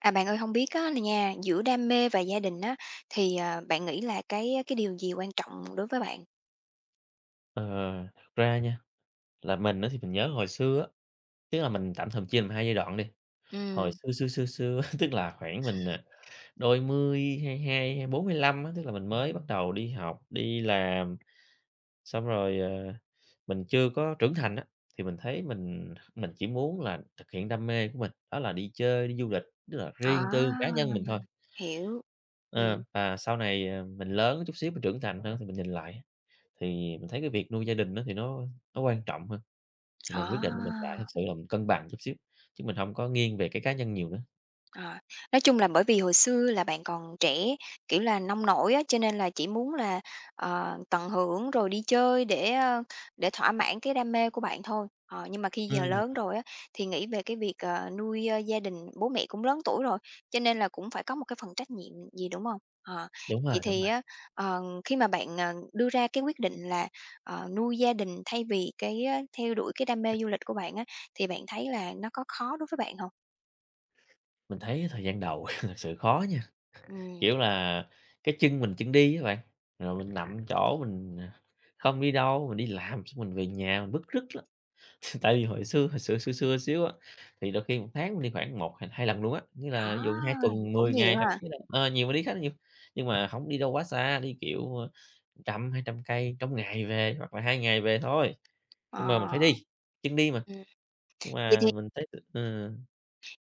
À, bạn ơi, không biết á là nha, giữa đam mê và gia đình á, thì, bạn nghĩ là cái điều gì quan trọng đối với bạn? Ờ, thật ra nha, là mình á thì mình nhớ hồi xưa á, tức là mình tạm thời chia làm hai giai đoạn đi. Hồi Ừm, xưa, xưa, xưa, xưa tức là khoảng mình, đôi mươi, 22, 24, 25 á, tức là mình mới bắt đầu đi học, đi làm, xong rồi, mình chưa có trưởng thành á, thì mình thấy mình chỉ muốn là thực hiện đam mê của mình, đó là đi chơi, đi du lịch, tức là riêng tư cá à, nhân mình thôi. hiểu, ừm, Ờ, và sau này, mình lớn chút xíu, mình trưởng thành hơn thì mình nhìn lại thì mình thấy cái việc nuôi gia đình đó thì nó quan trọng hơn. Mình quyết định mình phải thực à. sự là mình cân bằng chút xíu, chứ mình hông có nghiêng về cái cá nhân nhiều nữa. Ờ, nói chung là bởi vì hồi xưa là bạn còn trẻ, kiểu là, nông nổi á, cho nên là chỉ muốn là, tận hưởng rồi đi chơi để, để thỏa mãn cái đam mê của bạn thôi. Ờ, nhưng mà khi giờ Ừm. lớn rồi á, thì nghĩ về cái việc, nuôi, gia đình, bố mẹ cũng lớn tuổi rồi, cho nên là cũng phải có một cái phần trách nhiệm gì, đúng không? Ờ, Vậy Đúng thì rồi, á, khi mà bạn, đưa ra cái quyết định là, nuôi gia đình thay vì cái, theo đuổi cái đam mê du lịch của bạn á, thì bạn thấy là nó có khó đối với bạn không? mình thấy thời gian đầu thực sự khó nha, Ừm. kiểu là, cái chân mình chân đi á bạn, rồi mình nằm chỗ mình, không đi đâu, mình đi làm xong mình về nhà mình bứt rứt lắm. Tại vì hồi xưa xưa xưa xíu á, thì đôi khi một tháng mình đi khoảng một hay 2 lần luôn á, nghĩa À, là ví dụ 2 tuần, cũng 10 nhiều ngày thậm ha. chí là nhiều mình đi khá là nhiều, nhưng mà hổng đi đâu quá xa, đi, kiểu, trăm, 200 cây trong ngày về hoặc là 2 ngày về thôi. Nhưng mà mình phải Ờ. đi, chân đi mà, Ừm, nhưng vậy mà thì mình thấy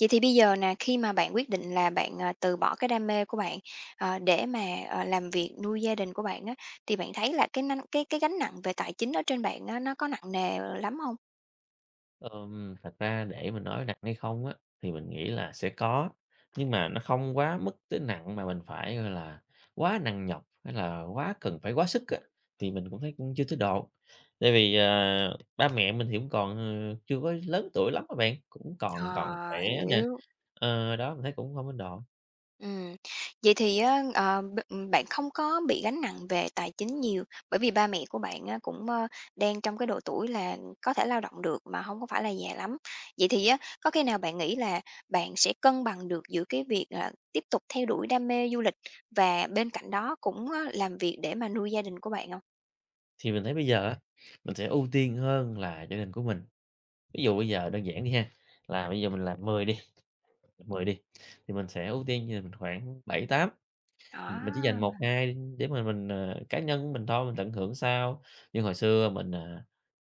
vậy thì bây giờ nè, khi mà bạn quyết định là bạn, từ bỏ cái đam mê của bạn, để mà, làm việc nuôi gia đình của bạn á, thì bạn thấy là cái năng cái gánh nặng về tài chính ở trên bạn á, nó có nặng nề lắm hông? Thật ra để mình nói nặng hay không á, thì mình nghĩ là sẽ có, nhưng mà nó không quá mức tới nặng mà mình phải, gọi là, quá nặng nhọc hay là quá cần phải quá sức á, thì mình cũng thấy cũng chưa tới độ. Tại vì, ba mẹ mình thì cũng còn, chưa có lớn tuổi lắm á bạn, cũng còn còn khỏe Ờ, nè, hiểu. Đó, mình thấy cũng hông đến độ. Ừm, Vậy thì á, ờ, b bạn không có bị gánh nặng về tài chính nhiều, bởi vì ba mẹ của bạn á, cũng, đang trong cái độ tuổi là có thể lao động được mà không có phải là già lắm. Vậy thì á, có khi nào bạn nghĩ là bạn sẽ cân bằng được giữa cái việc là tiếp tục theo đuổi đam mê du lịch và bên cạnh đó cũng á, làm việc để mà nuôi gia đình của bạn không? Thì mình thấy bây giờ á, mình sẽ ưu tiên hơn là gia đình của mình. Ví dụ bây giờ đơn giản đi ha, là bây giờ mình làm 10 đi, thì mình sẽ ưu tiên như mình khoảng 7 8 mình chỉ dành Đó. một ngày để mà mình, cá nhân của mình thôi, mình tận hưởng sao. Như hồi xưa mình,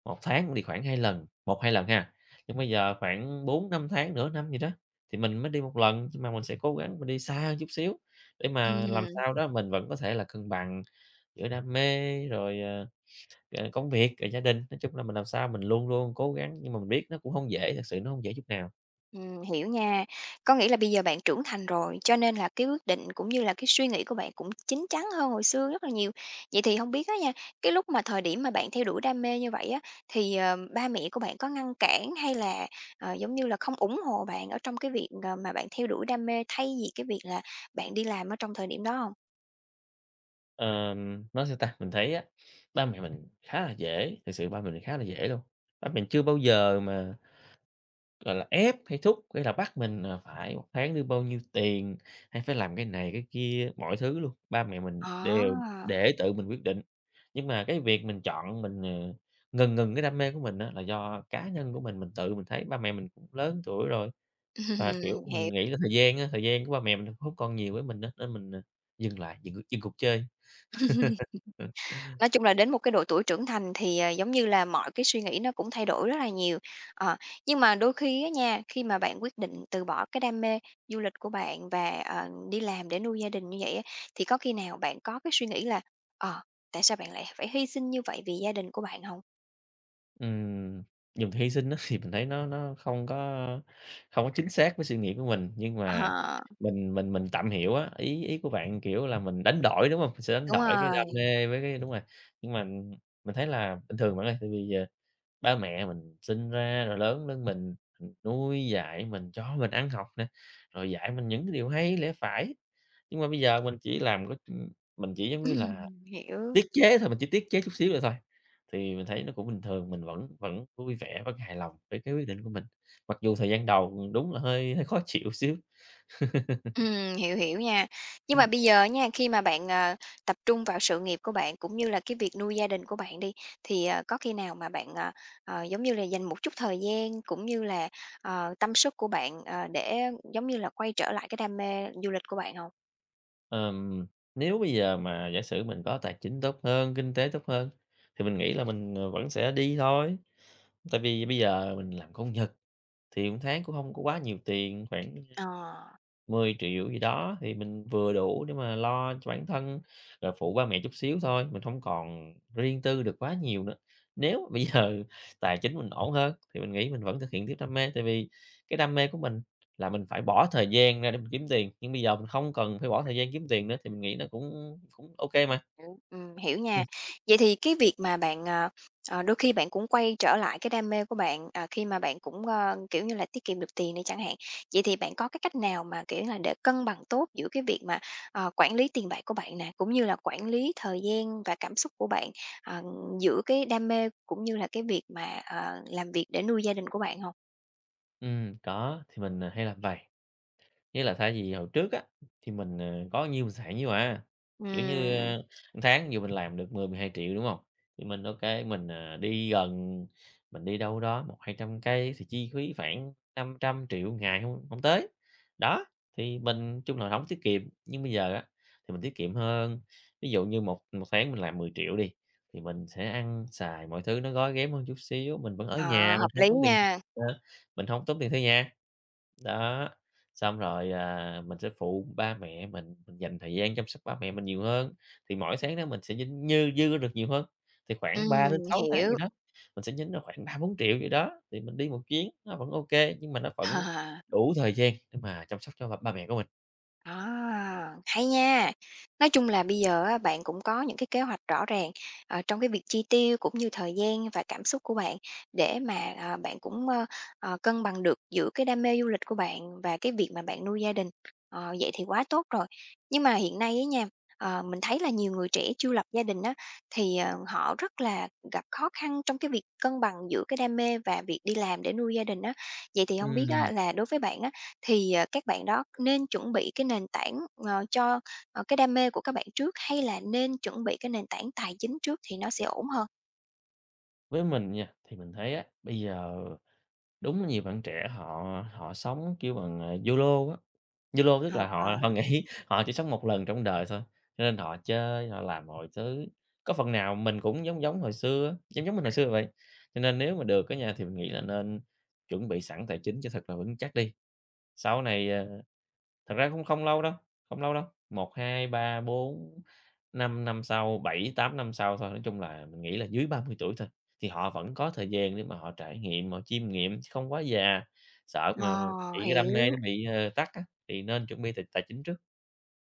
1 tháng cũng đi khoảng 2 lần, một 2 lần ha, nhưng bây giờ khoảng 4 5 tháng, nửa năm gì đó thì mình mới đi một lần, nhưng mà mình sẽ cố gắng mình đi xa hơn chút xíu để mà làm sao đó mình vẫn có thể là cân bằng giữa đam mê rồi, công việc, rồi gia đình. Nói chung là mình làm sao mình luôn luôn cố gắng, nhưng mà mình biết nó cũng không dễ, thật sự nó không dễ chút nào. Hiểu nha. Có nghĩa là bây giờ bạn trưởng thành rồi, cho nên là cái quyết định cũng như là cái suy nghĩ của bạn cũng chín chắn hơn hồi xưa rất là nhiều. Vậy thì không biết á nha, cái lúc mà thời điểm mà bạn theo đuổi đam mê như vậy á, thì, ba mẹ của bạn có ngăn cản hay là, giống như là, không ủng hộ bạn ở trong cái việc, mà bạn theo đuổi đam mê thay vì cái việc là bạn đi làm ở trong thời điểm đó không? Nói sao ta? Mình thấy á, ba mẹ mình khá là dễ, thực sự ba mình khá là dễ luôn. Ba mình chưa bao giờ mà, gọi là, ép hay thúc hay là bắt mình là phải một tháng đưa bao nhiêu tiền, hay phải làm cái này cái kia, mọi thứ luôn, ba mẹ mình đều À, để tự mình quyết định. Nhưng mà cái việc mình chọn mình, ngần ngừng cái đam mê của mình á là do cá nhân của mình tự mình thấy ba mẹ mình cũng lớn tuổi rồi, và, kiểu, mình hiểu. nghĩ là thời gian á, thời gian của ba mẹ mình không còn nhiều với mình á, nên mình, dừng lại, dừng dừng cuộc chơi. Nói chung là đến một cái độ tuổi trưởng thành thì, giống như là, mọi cái suy nghĩ nó cũng thay đổi rất là nhiều. Ờ, nhưng mà đôi khi á nha, khi mà bạn quyết định từ bỏ cái đam mê du lịch của bạn và, đi làm để nuôi gia đình như vậy á, thì có khi nào bạn có cái suy nghĩ là "Ờ, Tại sao bạn lại phải hy sinh như vậy vì gia đình của bạn không?" Ừm, dùng từ hy sinh á thì mình thấy nó không có chính xác với suy nghĩ của mình, nhưng mà Ờ, mình tạm hiểu á, ý ý của bạn, kiểu là, mình đánh đổi, đúng không? Mình sẽ đánh đúng đổi cái rồi, đam mê với cái đúng rồi, nhưng mà mình thấy là bình thường bạn ơi, tại vì, ba mẹ mình sinh ra rồi lớn lên mình, nuôi dạy mình, cho mình ăn học nè, rồi dạy mình những cái điều hay lẽ phải, nhưng mà bây giờ mình chỉ làm có, mình chỉ, giống như là hiểu. tiết chế thôi, mình chỉ tiết chế chút xíu nữa thôi, thì mình thấy nó cũng bình thường, mình vẫn vẫn vui vẻ, vẫn hài lòng với cái quyết định của mình. Mặc dù thời gian đầu đúng là hơi hơi khó chịu xíu. Hiểu, hiểu nha. Nhưng mà bây giờ nha, khi mà bạn, tập trung vào sự nghiệp của bạn cũng như là cái việc nuôi gia đình của bạn đi, thì, có khi nào mà bạn, giống như là, dành một chút thời gian cũng như là, tâm sức của bạn, để, giống như là, quay trở lại cái đam mê du lịch của bạn không? Ờm, nếu bây giờ mà giả sử mình có tài chính tốt hơn, kinh tế tốt hơn thì mình nghĩ là mình, vẫn sẽ đi thôi. Tại vì bây giờ mình làm công nhật thì 1 tháng cũng không có quá nhiều tiền, khoảng Ờ. 10 triệu gì đó, thì mình vừa đủ để mà lo cho bản thân, rồi phụ ba mẹ chút xíu thôi, mình không còn riêng tư được quá nhiều nữa. Nếu bây giờ tài chính mình ổn hơn thì mình nghĩ mình vẫn thực hiện tiếp đam mê, tại vì cái đam mê của mình là mình phải bỏ thời gian ra để mình kiếm tiền, nhưng bây giờ mình không cần phải bỏ thời gian kiếm tiền nữa thì mình nghĩ nó cũng cũng ok mà. Hiểu, hiểu Ừm, nha. Vậy thì cái việc mà bạn, đôi khi bạn cũng quay trở lại cái đam mê của bạn, khi mà bạn cũng, kiểu như là, tiết kiệm được tiền đi chẳng hạn. Vậy thì bạn có cái cách nào mà, kiểu là, để cân bằng tốt giữa cái việc mà, quản lý tiền bạc của bạn nè, cũng như là quản lý thời gian và cảm xúc của bạn, ờ, giữa cái đam mê cũng như là cái việc mà, làm việc để nuôi gia đình của bạn không? đó, thì mình, hay làm vầy. Nghĩa là thay vì hồi trước á, thì mình, có nhiêu mình xài nhiêu à, kiểu như, Ừm. Tháng nhiều mình làm được mười 000 000 12 đúng không? Thì mình ok mình, đi gần, mình đi đâu đó một hai trăm cây thì chi phí khoảng 500 triệu ngày không hông tới. Đó, thì mình chung là hổng tiết kiệm, nhưng bây giờ á, thì mình tiết kiệm hơn. Ví dụ như một một tháng mình làm 10 triệu đi, thì mình sẽ ăn xài mọi thứ nó gói ghém hơn chút xíu, mình vẫn ở Ờ, nhà, hợp lý nha. ờ, mình không tốn tiền thuê nhà. Đó, xong rồi, mình sẽ phụ ba mẹ mình dành thời gian chăm sóc ba mẹ mình nhiều hơn, thì mỗi tháng đó mình sẽ nhính như dư được nhiều hơn, thì khoảng ba đến Ừm, sáu tháng gì hiểu. đó, mình sẽ nhính ra khoảng ba bốn triệu 4 gì đó, thì mình đi một chuyến nó vẫn ok nhưng mà nó vẫn đủ thời gian để mà chăm sóc cho ba ba mẹ của mình. À, hay nha. Nói chung là bây giờ á, bạn cũng có những cái kế hoạch rõ ràng, trong cái việc chi tiêu cũng như thời gian và cảm xúc của bạn để mà, bạn cũng, cân bằng được giữa cái đam mê du lịch của bạn và cái việc mà bạn nuôi gia đình. Vậy thì quá tốt rồi. Nhưng mà hiện nay ấy nha, mình thấy là nhiều người trẻ chưa lập gia đình á, thì, họ rất là gặp khó khăn trong cái việc cân bằng giữa cái đam mê và việc đi làm để nuôi gia đình á. Vậy thì không biết Ừm, á là đối với bạn thì, các bạn đó nên chuẩn bị cái nền tảng, cho, cái đam mê của các bạn trước hay là nên chuẩn bị cái nền tảng tài chính trước thì nó sẽ ổn hơn? với mình nha, thì mình thấy á, bây giờ đúng là nhiều bạn trẻ họ họ sống, kiểu, bằng, YOLO á. YOLO tức Ờ, là họ họ nghĩ họ chỉ sống một lần trong đời thôi, cho nên họ chơi, họ làm mọi thứ. Có phần nào mình cũng giống giống hồi xưa giống giống mình hồi xưa vậy. Cho nên nếu mà được á nhà thì mình nghĩ là nên chuẩn bị sẵn tài chính cho thật là vững chắc đi. Sau này, thật ra cũng không lâu đâu, không lâu đâu, một 2 3 4 5 năm sau, 7 8 năm sau thôi, nói chung là mình nghĩ là dưới 30 tuổi thôi, thì họ vẫn có thời gian để mà họ trải nghiệm, họ chiêm nghiệm chứ không quá già. Sợ mà ờ, bị cái đam mê nó hiểu. bị, tắt á, thì nên chuẩn bị tài tài chính trước.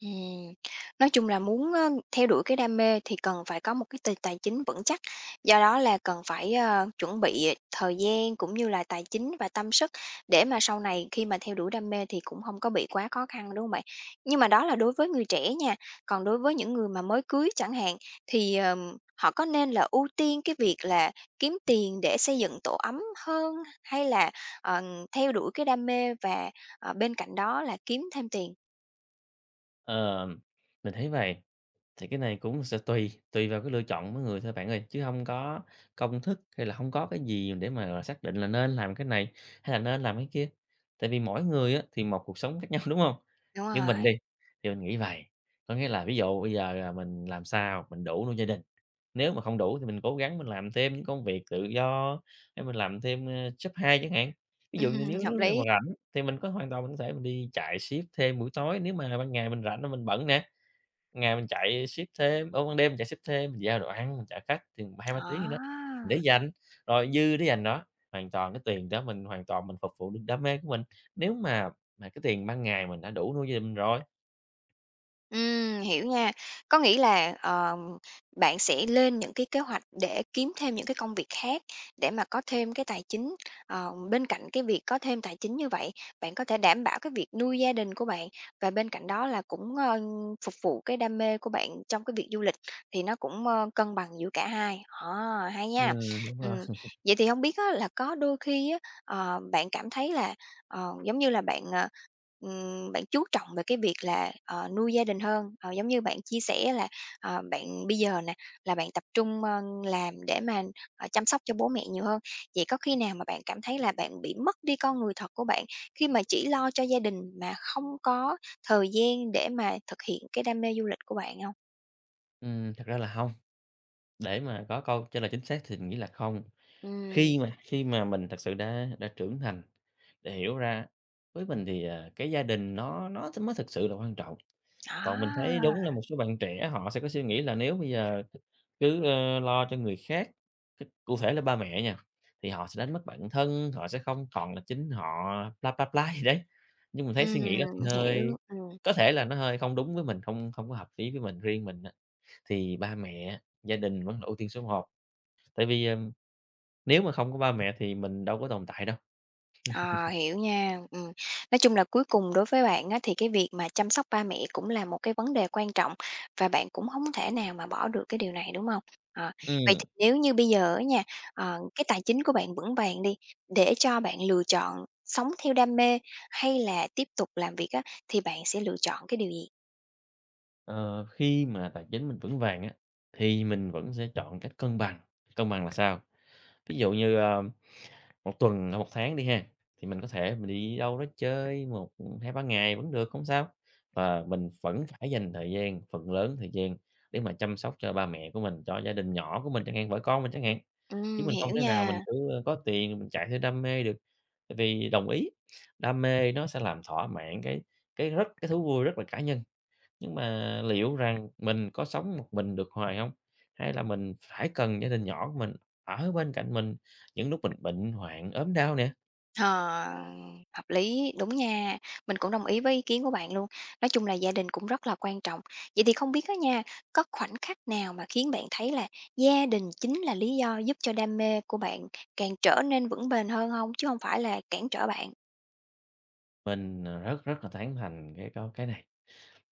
Ừm, nói chung là muốn, theo đuổi cái đam mê thì cần phải có một cái tài chính vững chắc, do đó là cần phải, chuẩn bị thời gian cũng như là tài chính và tâm sức để mà sau này khi mà theo đuổi đam mê thì cũng không có bị quá khó khăn, đúng không bạn? Nhưng mà đó là đối với người trẻ nha, còn đối với những người mà mới cưới chẳng hạn thì, họ có nên là ưu tiên cái việc là kiếm tiền để xây dựng tổ ấm hơn hay là, ờ, theo đuổi cái đam mê và, bên cạnh đó là kiếm thêm tiền? Ờ, mình thấy vậy thì cái này cũng sẽ tùy, tùy vào cái lựa chọn mỗi người thôi bạn ơi, chứ không có công thức hay là không có cái gì để mà, gọi, là xác định là nên làm cái này hay là nên làm cái kia. Tại vì mỗi người á, thì một cuộc sống khác nhau, đúng không? Đúng Nhưng mình đi, rồi. thì mình nghĩ vậy có nghĩa là ví dụ bây giờ là mình làm sao mình đủ nuôi gia đình, nếu mà không đủ thì mình cố gắng mình làm thêm những công việc tự do hay mình làm thêm, job 2 chẳng hạn. Ví dụ Ừm, như nếu hợp nếu nào mà lý. rảnh thì mình có hoàn toàn mình có thể mình đi chạy ship thêm buổi tối nếu mà ban ngày mình rảnh và mình bận nè. Ngày mình chạy ship thêm ban đêm chạy ship thêm, mình giao đồ ăn, mình chở khách chừng hai ba tiếng gì đó, mình để À! dành, rồi dư để dành đó, hoàn toàn cái tiền đó mình hoàn toàn mình phục vụ được đam mê của mình. Nếu mà cái tiền ban ngày mình đã đủ nuôi gia đình rồi. Hiểu nha. Có nghĩa là, bạn sẽ lên những cái kế hoạch để kiếm thêm những cái công việc khác để mà có thêm cái tài chính. Bên cạnh cái việc có thêm tài chính như vậy, bạn có thể đảm bảo cái việc nuôi gia đình của bạn và bên cạnh đó là cũng, phục vụ cái đam mê của bạn trong cái việc du lịch, thì nó cũng, cân bằng giữa cả hai. À hay nha. Đúng rồi. Ừm, Vậy thì không biết á là có đôi khi á, bạn cảm thấy là, giống như là, bạn, bạn chú trọng về cái việc là, nuôi gia đình hơn, giống như bạn chia sẻ là, bạn bây giờ nè, là bạn tập trung, làm để mà, chăm sóc cho bố mẹ nhiều hơn. Vậy có khi nào mà bạn cảm thấy là bạn bị mất đi con người thật của bạn khi mà chỉ lo cho gia đình mà không có thời gian để mà thực hiện cái đam mê du lịch của bạn không? Thật ra là hông, để mà có câu trả lời chính xác thì mình nghĩ là không. Ừm, Khi mà mình thật sự đã trưởng thành, để hiểu ra với mình thì, cái gia đình nó mới thực sự là quan trọng. Còn mình thấy đúng à, là một số bạn trẻ họ sẽ có suy nghĩ là nếu bây giờ cứ, lo cho người khác, cụ thể là ba mẹ nha, thì họ sẽ đánh mất bản thân, họ sẽ không còn là chính họ, bla, bla, bla gì đấy. Nhưng mình thấy suy nghĩ đó ừm, thì hơi hiểu. có thể là nó hơi không đúng với mình, không không có hợp lý với mình. Riêng mình á, thì ba mẹ, gia đình vẫn là ưu tiên số một. Tại vì, nếu mà không có ba mẹ thì mình đâu có tồn tại đâu. Ờ, hiểu nha. Nói chung là cuối cùng đối với bạn á, thì cái việc mà chăm sóc ba mẹ cũng là một cái vấn đề quan trọng và bạn cũng không thể nào mà bỏ được cái điều này, đúng không? Ờ, Vậy Ừm, thì nếu như bây giờ á nha, cái tài chính của bạn vững vàng đi, để cho bạn lựa chọn sống theo đam mê hay là tiếp tục làm việc á, thì bạn sẽ lựa chọn cái điều gì? ờ, khi mà tài chính mình vững vàng á, thì mình vẫn sẽ chọn cách cân bằng. Cân bằng là sao? Ví dụ như, 1 tuần hoặc một tháng đi ha, thì mình có thể mình đi đâu đó chơi một, hai ba ngày vẫn được, không sao. Và mình vẫn phải dành thời gian, phần lớn thời gian để mà chăm sóc cho ba mẹ của mình, cho gia đình nhỏ của mình chẳng hạn, vợ con mình chẳng hạn. Chứ mình không Hiểu thể nào mình nha. cứ, có tiền mình chạy theo đam mê được, tại vì đồng ý, đam mê nó sẽ làm thỏa mãn cái rất cái thú vui rất là cá nhân. Nhưng mà liệu rằng mình có sống một mình được hoài không? Hay là mình phải cần gia đình nhỏ của mình ở bên cạnh mình những lúc mình bệnh hoạn, ốm đau nè? Ờ, hợp lý, đúng nha. Mình cũng đồng ý với ý kiến của bạn luôn. Nói chung là gia đình cũng rất là quan trọng. Vậy thì không biết á nha, có khoảnh khắc nào mà khiến bạn thấy là gia đình chính là lý do giúp cho đam mê của bạn càng trở nên vững bền hơn không? Chứ không phải là cản trở bạn? Mình, rất rất là tán thành cái câu cái này,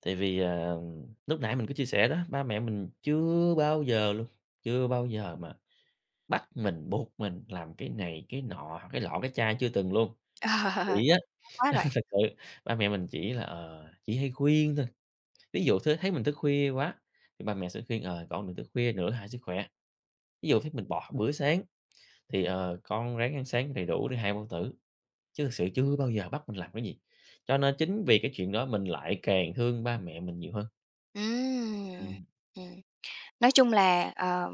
tại vì, lúc nãy mình có chia sẻ đó, ba mẹ mình chưa bao giờ luôn, chưa bao giờ mà bắt mình, buộc mình làm cái này, cái nọ, cái lọ, cái chai chưa từng luôn. Chỉ á Ờ, quá rồi. thật sự ba mẹ mình chỉ là, chỉ hay khuyên thôi, ví dụ thế thấy mình thức khuya quá thì ba mẹ sẽ khuyên, "Con đừng thức khuya nữa hại sức khỏe." Ví dụ thế mình bỏ bữa sáng thì, con ráng ăn sáng đầy đủ để hai bao tử, chứ thực sự chưa bao giờ bắt mình làm cái gì. Cho nên chính vì cái chuyện đó mình lại càng thương ba mẹ mình nhiều hơn. Ừm. Ừm. Ừm. Nói chung là,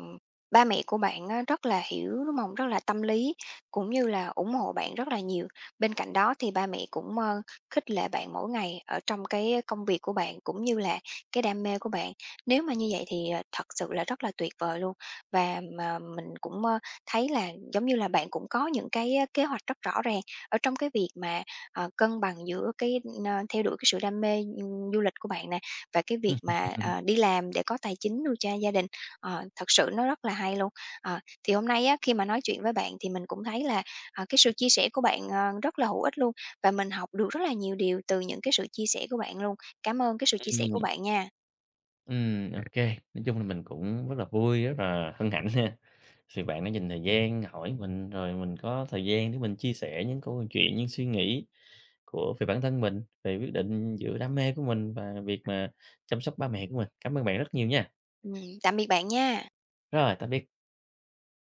ba mẹ của bạn á rất là hiểu, đúng hông? Rất là tâm lý, cũng như là ủng hộ bạn rất là nhiều. Bên cạnh đó thì ba mẹ cũng, khích lệ bạn mỗi ngày ở trong cái công việc của bạn, cũng như là cái đam mê của bạn. Nếu mà như vậy thì, thật sự là rất là tuyệt vời luôn. Và mà mình cũng, thấy là giống như là bạn cũng có những cái kế hoạch rất rõ ràng ở trong cái việc mà, cân bằng giữa cái, theo đuổi cái sự đam mê, du lịch của bạn và cái việc mà, đi làm để có tài chính nuôi gia đình, thật sự nó rất là hay luôn. Thì hôm nay á, khi mà nói chuyện với bạn thì mình cũng thấy là, cái sự chia sẻ của bạn, rất là hữu ích luôn và mình học được rất là nhiều điều từ những cái sự chia sẻ của bạn luôn. Cảm ơn cái sự chia sẻ Ừm, của bạn nha. Ô nói chung là mình cũng rất là vui, rất là hân hạnh ha, vì bạn đã dành thời gian hỏi mình, rồi mình có thời gian để mình chia sẻ những câu chuyện, những suy nghĩ của về bản thân mình, về quyết định giữa đam mê của mình và việc mà chăm sóc ba mẹ của mình. Cảm ơn bạn rất nhiều nha. Tạm biệt bạn nha. Rồi, tạm biệt.